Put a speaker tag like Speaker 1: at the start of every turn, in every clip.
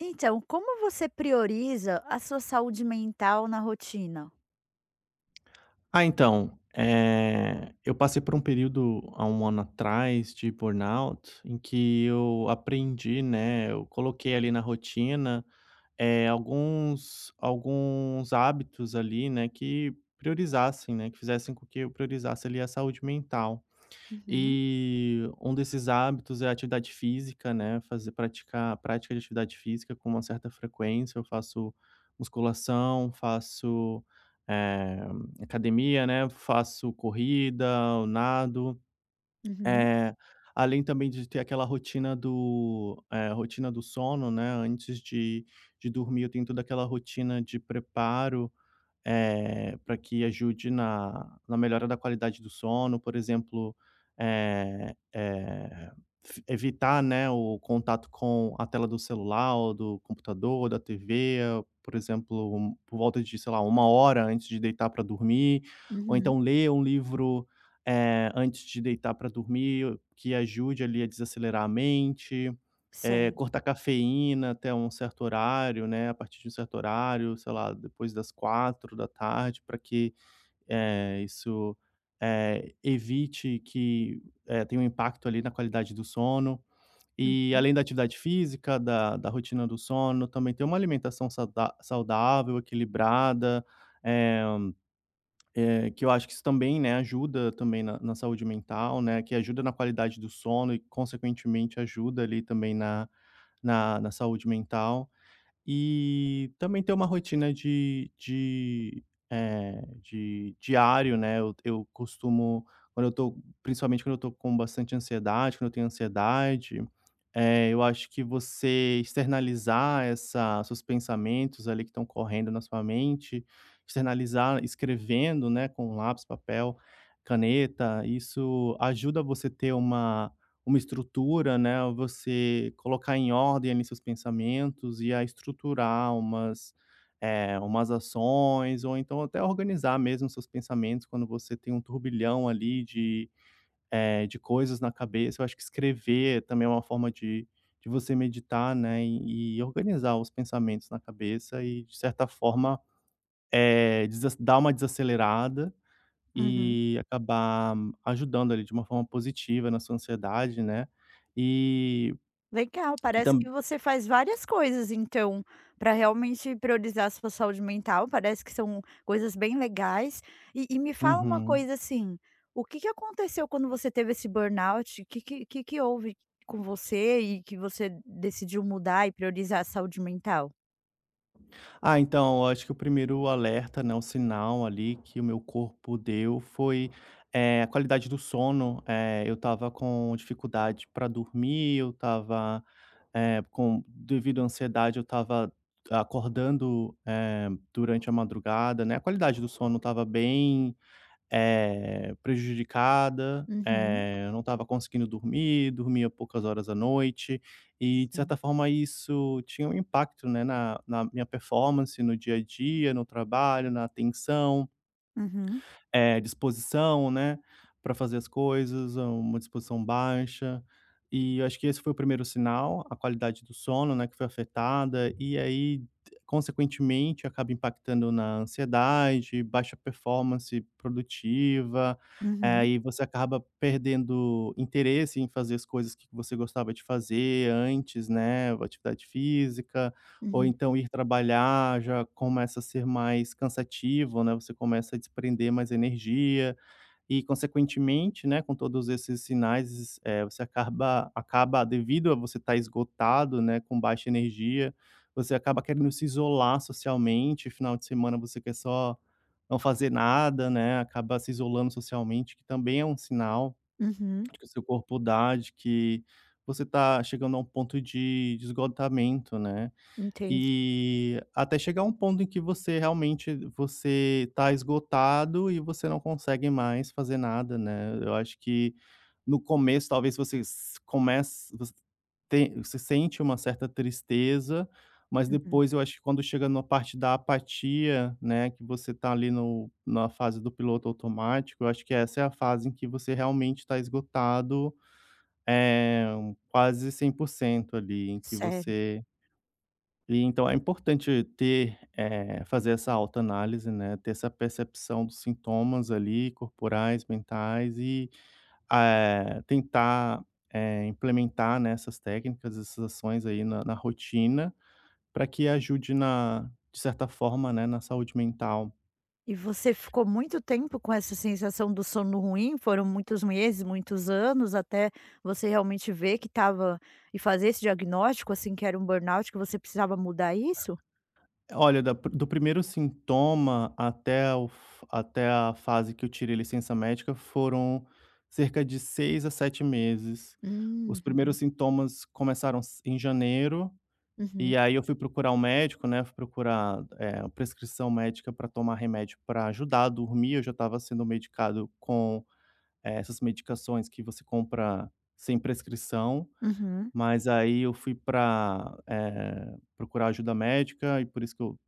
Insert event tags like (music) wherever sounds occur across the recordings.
Speaker 1: Então, como você prioriza a sua saúde mental na rotina?
Speaker 2: Ah, então, eu passei por um período há um ano atrás de burnout, em que eu aprendi, né, eu coloquei ali na rotina, alguns hábitos ali, né, que priorizassem, né, que fizessem com que eu priorizasse ali a saúde mental.
Speaker 1: Uhum,
Speaker 2: E um desses hábitos é a atividade física, né, fazer praticar prática de atividade física com uma certa frequência. Eu faço musculação, faço, eh, academia, né, faço corrida, nado.
Speaker 1: uhum,
Speaker 2: Eh, Além também de ter aquela rotina do, rotina do sono, né, antes de dormir eu tenho toda aquela rotina de preparo para que ajude na melhora da qualidade do sono, por exemplo, eh eh, f evitar, né, o contato com a tela do celular ou do computador, ou da TV, por exemplo, por volta de, sei lá, 1 hora antes de deitar para dormir, ou
Speaker 1: uhum,
Speaker 2: então ler um livro, antes de deitar para dormir, que ajude ali a desacelerar a mente.
Speaker 1: certo.
Speaker 2: Cortar cafeína até um certo horário, né, a partir de um certo horário, sei lá, depois das 4 da tarde, para que, isso, evite que, tenha um impacto ali na qualidade do sono. E
Speaker 1: Uhum,
Speaker 2: além da atividade física, da rotina do sono, também ter uma alimentação sauda saudável, equilibrada, eh que eu acho que isso também, né, ajuda também na saúde mental, né, que ajuda na qualidade do sono e consequentemente ajuda ali também na saúde mental. E também ter uma rotina de diário, né, eu costumo quando eu tô com bastante ansiedade, quando eu tenho ansiedade, eu acho que você externalizar essa seus pensamentos ali que estão correndo na sua mente, externalizar escrevendo, né, com lápis, papel, caneta, isso ajuda você ter uma estrutura, né, você colocar em ordem ali seus pensamentos e a estruturar umas ações ou então até organizar mesmo seus pensamentos quando você tem um turbilhão ali de coisas na cabeça. Eu acho que escrever também é uma forma de você meditar, né, e organizar os pensamentos na cabeça e, de certa forma, dar uma desacelerada
Speaker 1: uhum.
Speaker 2: e acabar ajudando ali de uma forma positiva na sua ansiedade, né. E
Speaker 1: Legal, parece que
Speaker 2: tam
Speaker 1: você faz várias coisas, então, para realmente priorizar a sua saúde mental, parece que são coisas bem legais. E me fala uma
Speaker 2: Uhum.
Speaker 1: coisa assim, o que que aconteceu quando você teve esse burnout? O que que houve com você e que você decidiu mudar e priorizar a saúde mental?
Speaker 2: Ah, então, eu acho que o primeiro alerta, né, o sinal ali que o meu corpo deu foi, a qualidade do sono. Eu tava com dificuldade para dormir, eu tava eh, com devido à ansiedade, eu tava acordando, durante a madrugada, né. A qualidade do sono tava bem prejudicada,
Speaker 1: Uhum,
Speaker 2: eu não estava conseguindo dormir, dormia poucas horas à noite e, de
Speaker 1: sim.
Speaker 2: certa forma, isso tinha um impacto, né, na minha performance, no dia a dia, no trabalho, na atenção.
Speaker 1: Uhum,
Speaker 2: É, disposição, né, para fazer as coisas, uma disposição baixa. E eu acho que esse foi o primeiro sinal, a qualidade do sono, né, que foi afetada, e aí, consequentemente, acaba impactando na ansiedade, baixa performance produtiva,
Speaker 1: uhum.
Speaker 2: e você acaba perdendo interesse em fazer as coisas que você gostava de fazer antes, né, atividade física. Ou
Speaker 1: Uhum,
Speaker 2: então ir trabalhar já começa a ser mais cansativo, né, você começa a desprender mais energia e consequentemente, né, com todos esses sinais, você acaba devido a você estar esgotado, né, com baixa energia, você acaba querendo se isolar socialmente, final de semana você quer só não fazer nada, né, acaba se isolando socialmente, que também é um sinal
Speaker 1: uhum,
Speaker 2: que o seu corpo dá de que você está chegando a um ponto de esgotamento, né.
Speaker 1: entendi.
Speaker 2: E até chegar um ponto em que você realmente você tá esgotado e você não consegue mais fazer nada, né. Eu acho que no começo talvez você s comece você tem você sente uma certa tristeza, mas
Speaker 1: Uhum,
Speaker 2: depois eu acho que quando chega na parte da apatia, né, que você tá ali no na fase do piloto automático, eu acho que essa é a fase em que você realmente está esgotado, é quase 100% ali, em que
Speaker 1: certo.
Speaker 2: você e então é importante ter, fazer essa autoanálise, né, ter essa percepção dos sintomas ali corporais, mentais e, tentar, implementar, né, essas técnicas, essas ações aí na rotina, para que ajude na de certa forma, né, na saúde mental.
Speaker 1: E você ficou muito tempo com essa sensação do sono ruim? Foram muitos meses, muitos anos, até você realmente ver que estava e fazer esse diagnóstico, assim, que era um burnout, que você precisava mudar isso?
Speaker 2: Olha, da do primeiro sintoma até o f até a fase que eu tirei licença médica foram cerca de 6 a 7 meses. Os
Speaker 1: Hum,
Speaker 2: primeiros sintomas começaram s em janeiro,
Speaker 1: uhum,
Speaker 2: e aí eu fui procurar um médico, né, fui procurar, prescrição médica para tomar remédio para ajudar a dormir, eu já estava sendo medicado com, essas medicações que você compra sem prescrição,
Speaker 1: uhum.
Speaker 2: mas aí eu fui para procurar ajuda médica e por isso que eu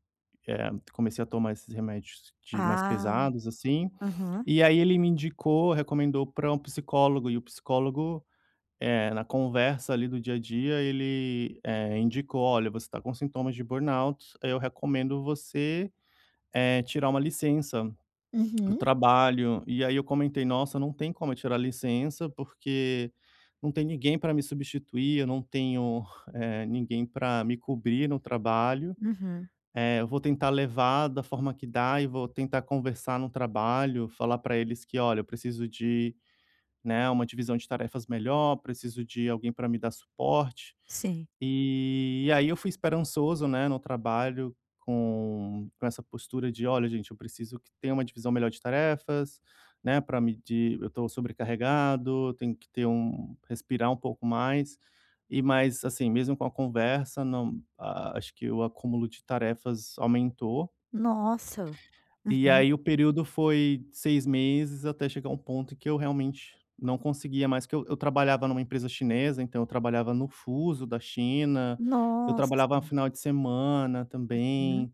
Speaker 2: comecei a tomar esses remédios de mais
Speaker 1: Ah,
Speaker 2: pesados, assim,
Speaker 1: aham.
Speaker 2: e aí ele me indicou, recomendou para um psicólogo, e o psicólogo, na conversa ali do dia a dia, ele, indicou: "Olha, você está com sintomas de burnout, eu recomendo você, tirar uma licença do
Speaker 1: Uhum,
Speaker 2: trabalho". E aí eu comentei: "Nossa, não tem como eu tirar licença, porque não tem ninguém para me substituir, eu não tenho, (laughs) ninguém para me cobrir no trabalho".
Speaker 1: uhum,
Speaker 2: Eu vou tentar levar da forma que dá e vou tentar conversar no trabalho, falar para eles que: "Olha, eu preciso de né, uma divisão de tarefas melhor, preciso de alguém para me dar suporte.
Speaker 1: sim.
Speaker 2: E aí eu fui esperançoso, né, no trabalho com essa postura de: "Olha, gente, eu preciso que tenha uma divisão melhor de tarefas, né, para me de eu estou sobrecarregado, tenho que ter um respirar um pouco mais". E mas, assim, mesmo com a conversa, não a acho que o acúmulo de tarefas aumentou.
Speaker 1: Nossa.
Speaker 2: E
Speaker 1: Uhum.
Speaker 2: aí o período foi 6 meses até chegar um ponto em que eu realmente não conseguia mais, que eu trabalhava numa empresa chinesa, então eu trabalhava no fuso da China, eu trabalhava
Speaker 1: Nossa.
Speaker 2: no final de semana
Speaker 1: Uhum.
Speaker 2: também,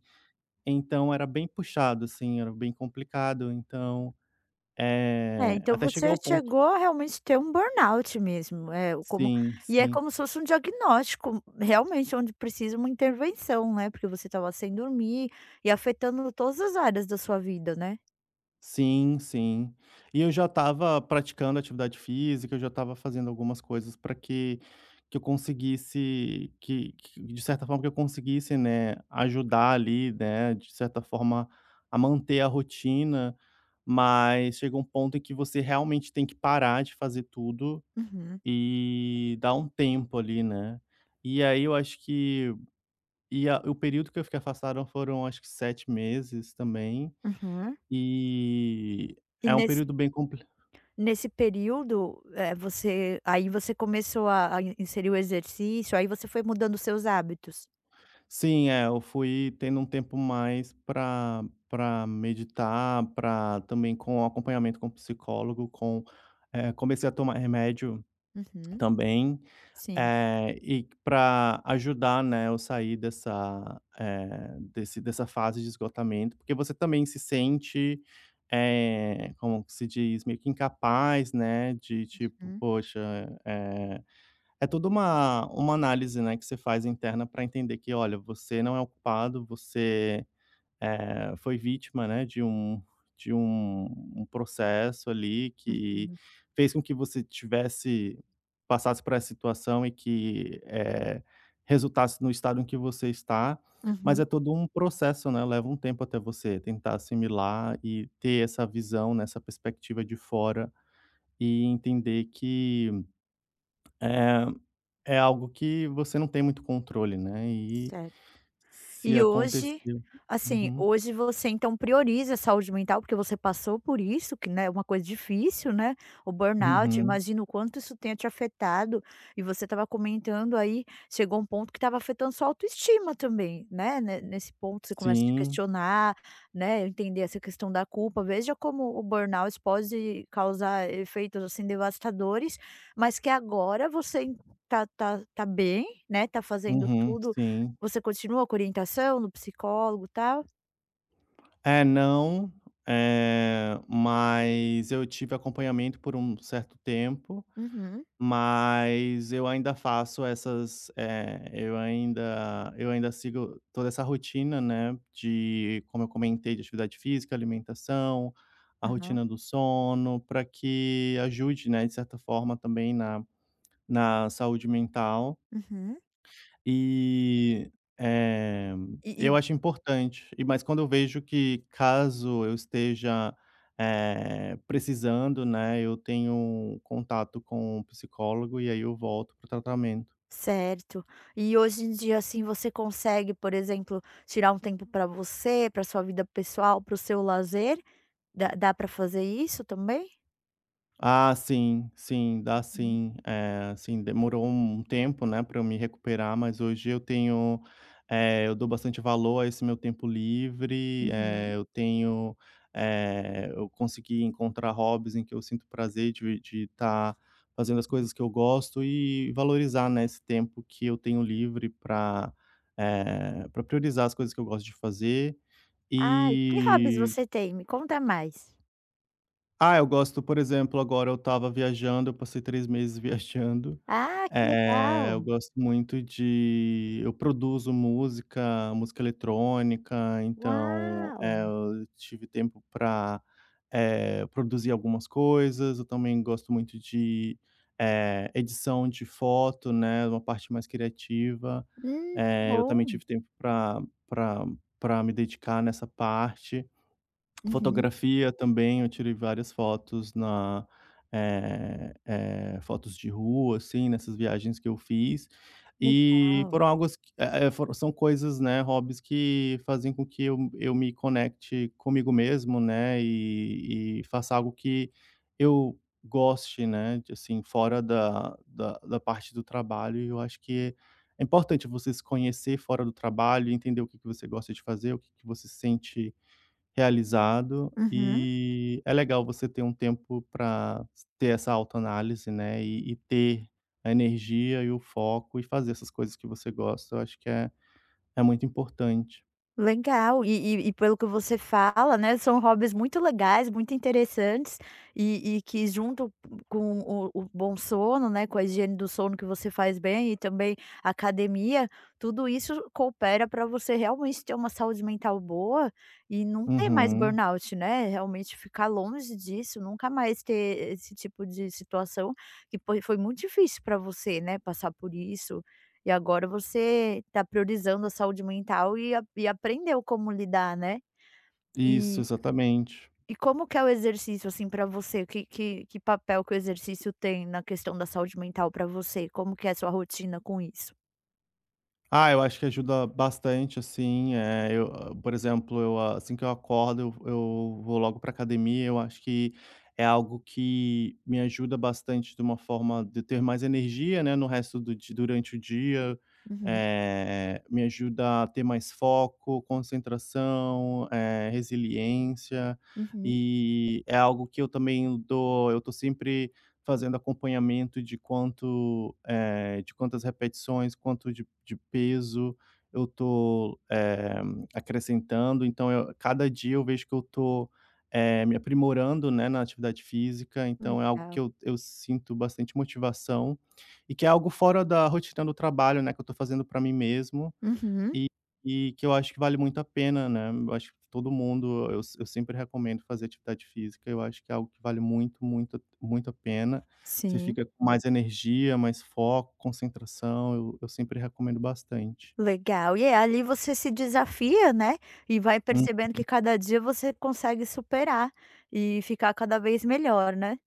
Speaker 2: então era bem puxado, assim, era bem complicado, então,
Speaker 1: É, então
Speaker 2: até chegar
Speaker 1: você
Speaker 2: ao ponto.
Speaker 1: chegou a realmente ter um burnout mesmo. É o como
Speaker 2: Sim,
Speaker 1: e é
Speaker 2: sim.
Speaker 1: como se fosse um diagnóstico realmente onde precisa uma intervenção, né, porque você estava sem dormir e afetando todas as áreas da sua vida, né?
Speaker 2: Sim, sim. E eu já estava praticando atividade física, eu já estava fazendo algumas coisas para que que eu conseguisse que de certa forma que eu conseguisse, né, ajudar ali, né, de certa forma a manter a rotina, mas chega um ponto em que você realmente tem que parar de fazer tudo
Speaker 1: Uhum,
Speaker 2: e dar um tempo ali, né. E aí eu acho que e a o período que eu fiquei afastado foram acho que 7 meses também.
Speaker 1: uhum.
Speaker 2: E
Speaker 1: E
Speaker 2: é um
Speaker 1: nesse
Speaker 2: período bem complicado.
Speaker 1: nesse período, é você aí você começou a inserir o exercício, aí você foi mudando os seus hábitos?
Speaker 2: Sim, é, eu fui tendo um tempo mais para meditar, para também com acompanhamento com psicólogo, com comecei a tomar remédio
Speaker 1: Uhum,
Speaker 2: também,
Speaker 1: sim.
Speaker 2: e para ajudar, né, eu sair dessa, eh, desse dessa fase de esgotamento, porque você também se sente, como que se diz, meio que incapaz, né, de tipo:
Speaker 1: Uhum,
Speaker 2: "Poxa, eh" É toda uma análise, né, que você faz interna para entender que: "Olha, você não é o culpado, você, foi vítima, né, de um processo ali que
Speaker 1: uhum,
Speaker 2: fez com que você tivesse passasse por essa situação e que, resultasse no estado em que você está". Mas
Speaker 1: uhum,
Speaker 2: é todo um processo, né, leva um tempo até você tentar assimilar e ter essa visão, nessa perspectiva de fora e entender que, eh é algo que você não tem muito controle, né, e
Speaker 1: certo.
Speaker 2: se
Speaker 1: E hoje,
Speaker 2: aconteceu.
Speaker 1: assim,
Speaker 2: Uhum.
Speaker 1: hoje você então prioriza a saúde mental, porque você passou por isso, que, né, é uma coisa difícil, né, o burnout,
Speaker 2: Uhum.
Speaker 1: imagino o quanto isso tenha te afetado, e você estava comentando aí, chegou um ponto que estava afetando sua autoestima também, né, ne nesse ponto você começa a se
Speaker 2: Sim.
Speaker 1: questionar, né, entender essa questão da culpa, veja como o burnout pode causar efeitos, assim, devastadores, mas que agora você tá bem, né, tá fazendo
Speaker 2: Uhum.
Speaker 1: tudo.
Speaker 2: Sim.
Speaker 1: Você continua com orientação no psicólogo, e tal?
Speaker 2: É, não, mas eu tive acompanhamento por um certo tempo,
Speaker 1: Uhum.
Speaker 2: mas eu ainda faço essas, eu ainda sigo toda essa rotina, né, de como eu comentei, de atividade física, alimentação, a
Speaker 1: Aham.
Speaker 2: rotina do sono, pra que ajude, né, de certa forma também na saúde mental
Speaker 1: Uhum.
Speaker 2: e, eh,
Speaker 1: E
Speaker 2: eu acho importante. E mas quando eu vejo que caso eu esteja, precisando, né, eu tenho contato com o psicólogo e aí eu volto para o tratamento.
Speaker 1: certo. E hoje em dia, assim, você consegue, por exemplo, tirar um tempo para você, para sua vida pessoal, para o seu lazer? Dá pra fazer isso também?
Speaker 2: Ah, sim, sim, dá
Speaker 1: Uhum.
Speaker 2: sim. Assim, demorou um tempo, né, para eu me recuperar, mas hoje eu tenho, eu dou bastante valor a esse meu tempo livre,
Speaker 1: Uhum.
Speaker 2: eu tenho, eu consegui encontrar hobbies em que eu sinto prazer de estar fazendo as coisas que eu gosto e valorizar, né, esse tempo que eu tenho livre para priorizar as coisas que eu gosto de fazer.
Speaker 1: Ai, que hobbies
Speaker 2: E,
Speaker 1: você tem? Me conta mais.
Speaker 2: ah, eu gosto, por exemplo, agora eu estava viajando, eu passei 3 meses (laughs) viajando,
Speaker 1: Ah, que legal.
Speaker 2: eu gosto muito de eu produzo música, música eletrônica, então,
Speaker 1: Uau!
Speaker 2: eu tive tempo para produzir algumas coisas, eu também gosto muito de, edição de foto, né, uma parte mais criativa,
Speaker 1: Que
Speaker 2: eu também
Speaker 1: bom.
Speaker 2: tive tempo para para pra me dedicar nessa parte.
Speaker 1: Uhum.
Speaker 2: Fotografia também, eu tirei várias fotos na fotos de rua, assim, nessas viagens que eu fiz, e
Speaker 1: Legal.
Speaker 2: foram algo s eh eh, foram são coisas, né, hobbies que fazem com que eu me conecte comigo mesmo, né, e faça algo que eu goste, né, de assim, fora da parte do trabalho, e eu acho que é importante você se conhecer fora do trabalho, entender o que que você gosta de fazer, o que que você sente realizado
Speaker 1: Uhum.
Speaker 2: e é legal você ter um tempo para ter essa autoanálise, né, e ter a energia e o foco e fazer essas coisas que você gosta, eu acho que é muito importante.
Speaker 1: Legal, e pelo que você fala, né, são hobbies muito legais, muito interessantes, e que junto com o bom sono, né, com a higiene do sono que você faz bem e também a academia, tudo isso coopera para você realmente ter uma saúde mental boa e não ter mais
Speaker 2: Uhum.
Speaker 1: burnout, né, realmente ficar longe disso, nunca mais ter esse tipo de situação que foi muito difícil para você, né, passar por isso e agora você está priorizando a saúde mental e aprendeu como lidar, né.
Speaker 2: Isso,
Speaker 1: E
Speaker 2: exatamente.
Speaker 1: e como que é o exercício, assim, para você? Que que papel que o exercício tem na questão da saúde mental para você? Como que é a sua rotina com isso?
Speaker 2: Ah, eu acho que ajuda bastante, assim, eu, ah, por exemplo, eu, ah, assim que eu acordo, eu vou logo para academia, eu acho que é algo que me ajuda bastante de uma forma de ter mais energia, né, no resto do di durante o dia,
Speaker 1: Uhum,
Speaker 2: me ajuda a ter mais foco, concentração, resiliência,
Speaker 1: uhum.
Speaker 2: e é algo que eu também dou eu tô sempre fazendo acompanhamento de quanto, de quantas repetições, quanto de peso eu tô, acrescentando. Então eu cada dia eu vejo que eu tô, me aprimorando, né, na atividade física, então é algo
Speaker 1: Legal.
Speaker 2: que eu sinto bastante motivação, e que é algo fora da rotina do trabalho, né, que eu tô fazendo para mim mesmo.
Speaker 1: Uhum.
Speaker 2: E e que eu acho que vale muito a pena, né, eu acho que todo mundo eu sempre recomendo fazer atividade física, eu acho que é algo que vale muito, muito, muito a pena. Você
Speaker 1: Sim.
Speaker 2: fica com mais energia, mais foco, concentração, eu sempre recomendo bastante.
Speaker 1: Legal. E é ali você se desafia, né, e vai
Speaker 2: Hum,
Speaker 1: percebendo que cada dia você consegue superar e ficar cada vez melhor, né.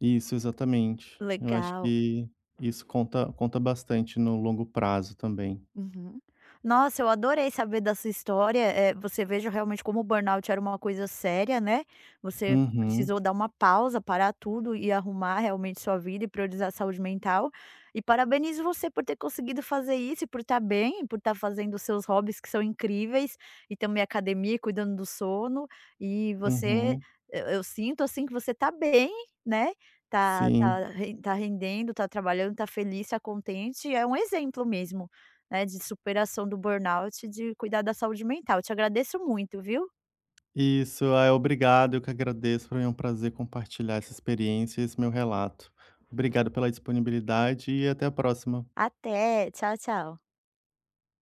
Speaker 2: isso, exatamente. Eu acho
Speaker 1: Legal.
Speaker 2: que isso conta bastante no longo prazo também.
Speaker 1: Uhum. Nossa, eu adorei saber da sua história, você veja realmente como o burnout era uma coisa séria, né, você
Speaker 2: Uhum.
Speaker 1: precisou dar uma pausa, parar tudo e arrumar realmente sua vida e priorizar a saúde mental. E parabenizo você por ter conseguido fazer isso e por estar bem, por estar fazendo os seus hobbies que são incríveis, e também academia, cuidando do sono, e você
Speaker 2: Uhum.
Speaker 1: eu sinto, assim, que você está bem, né, está
Speaker 2: Sim.
Speaker 1: está ren está rendendo, está trabalhando, está feliz, está contente, é um exemplo mesmo, né, de superação do burnout e de cuidar da saúde mental. Te agradeço muito, viu.
Speaker 2: Isso, é obrigado, eu que agradeço, pra mim é um prazer compartilhar essa experiência e esse meu relato. Obrigado pela disponibilidade e até a próxima.
Speaker 1: Até, tchau, tchau.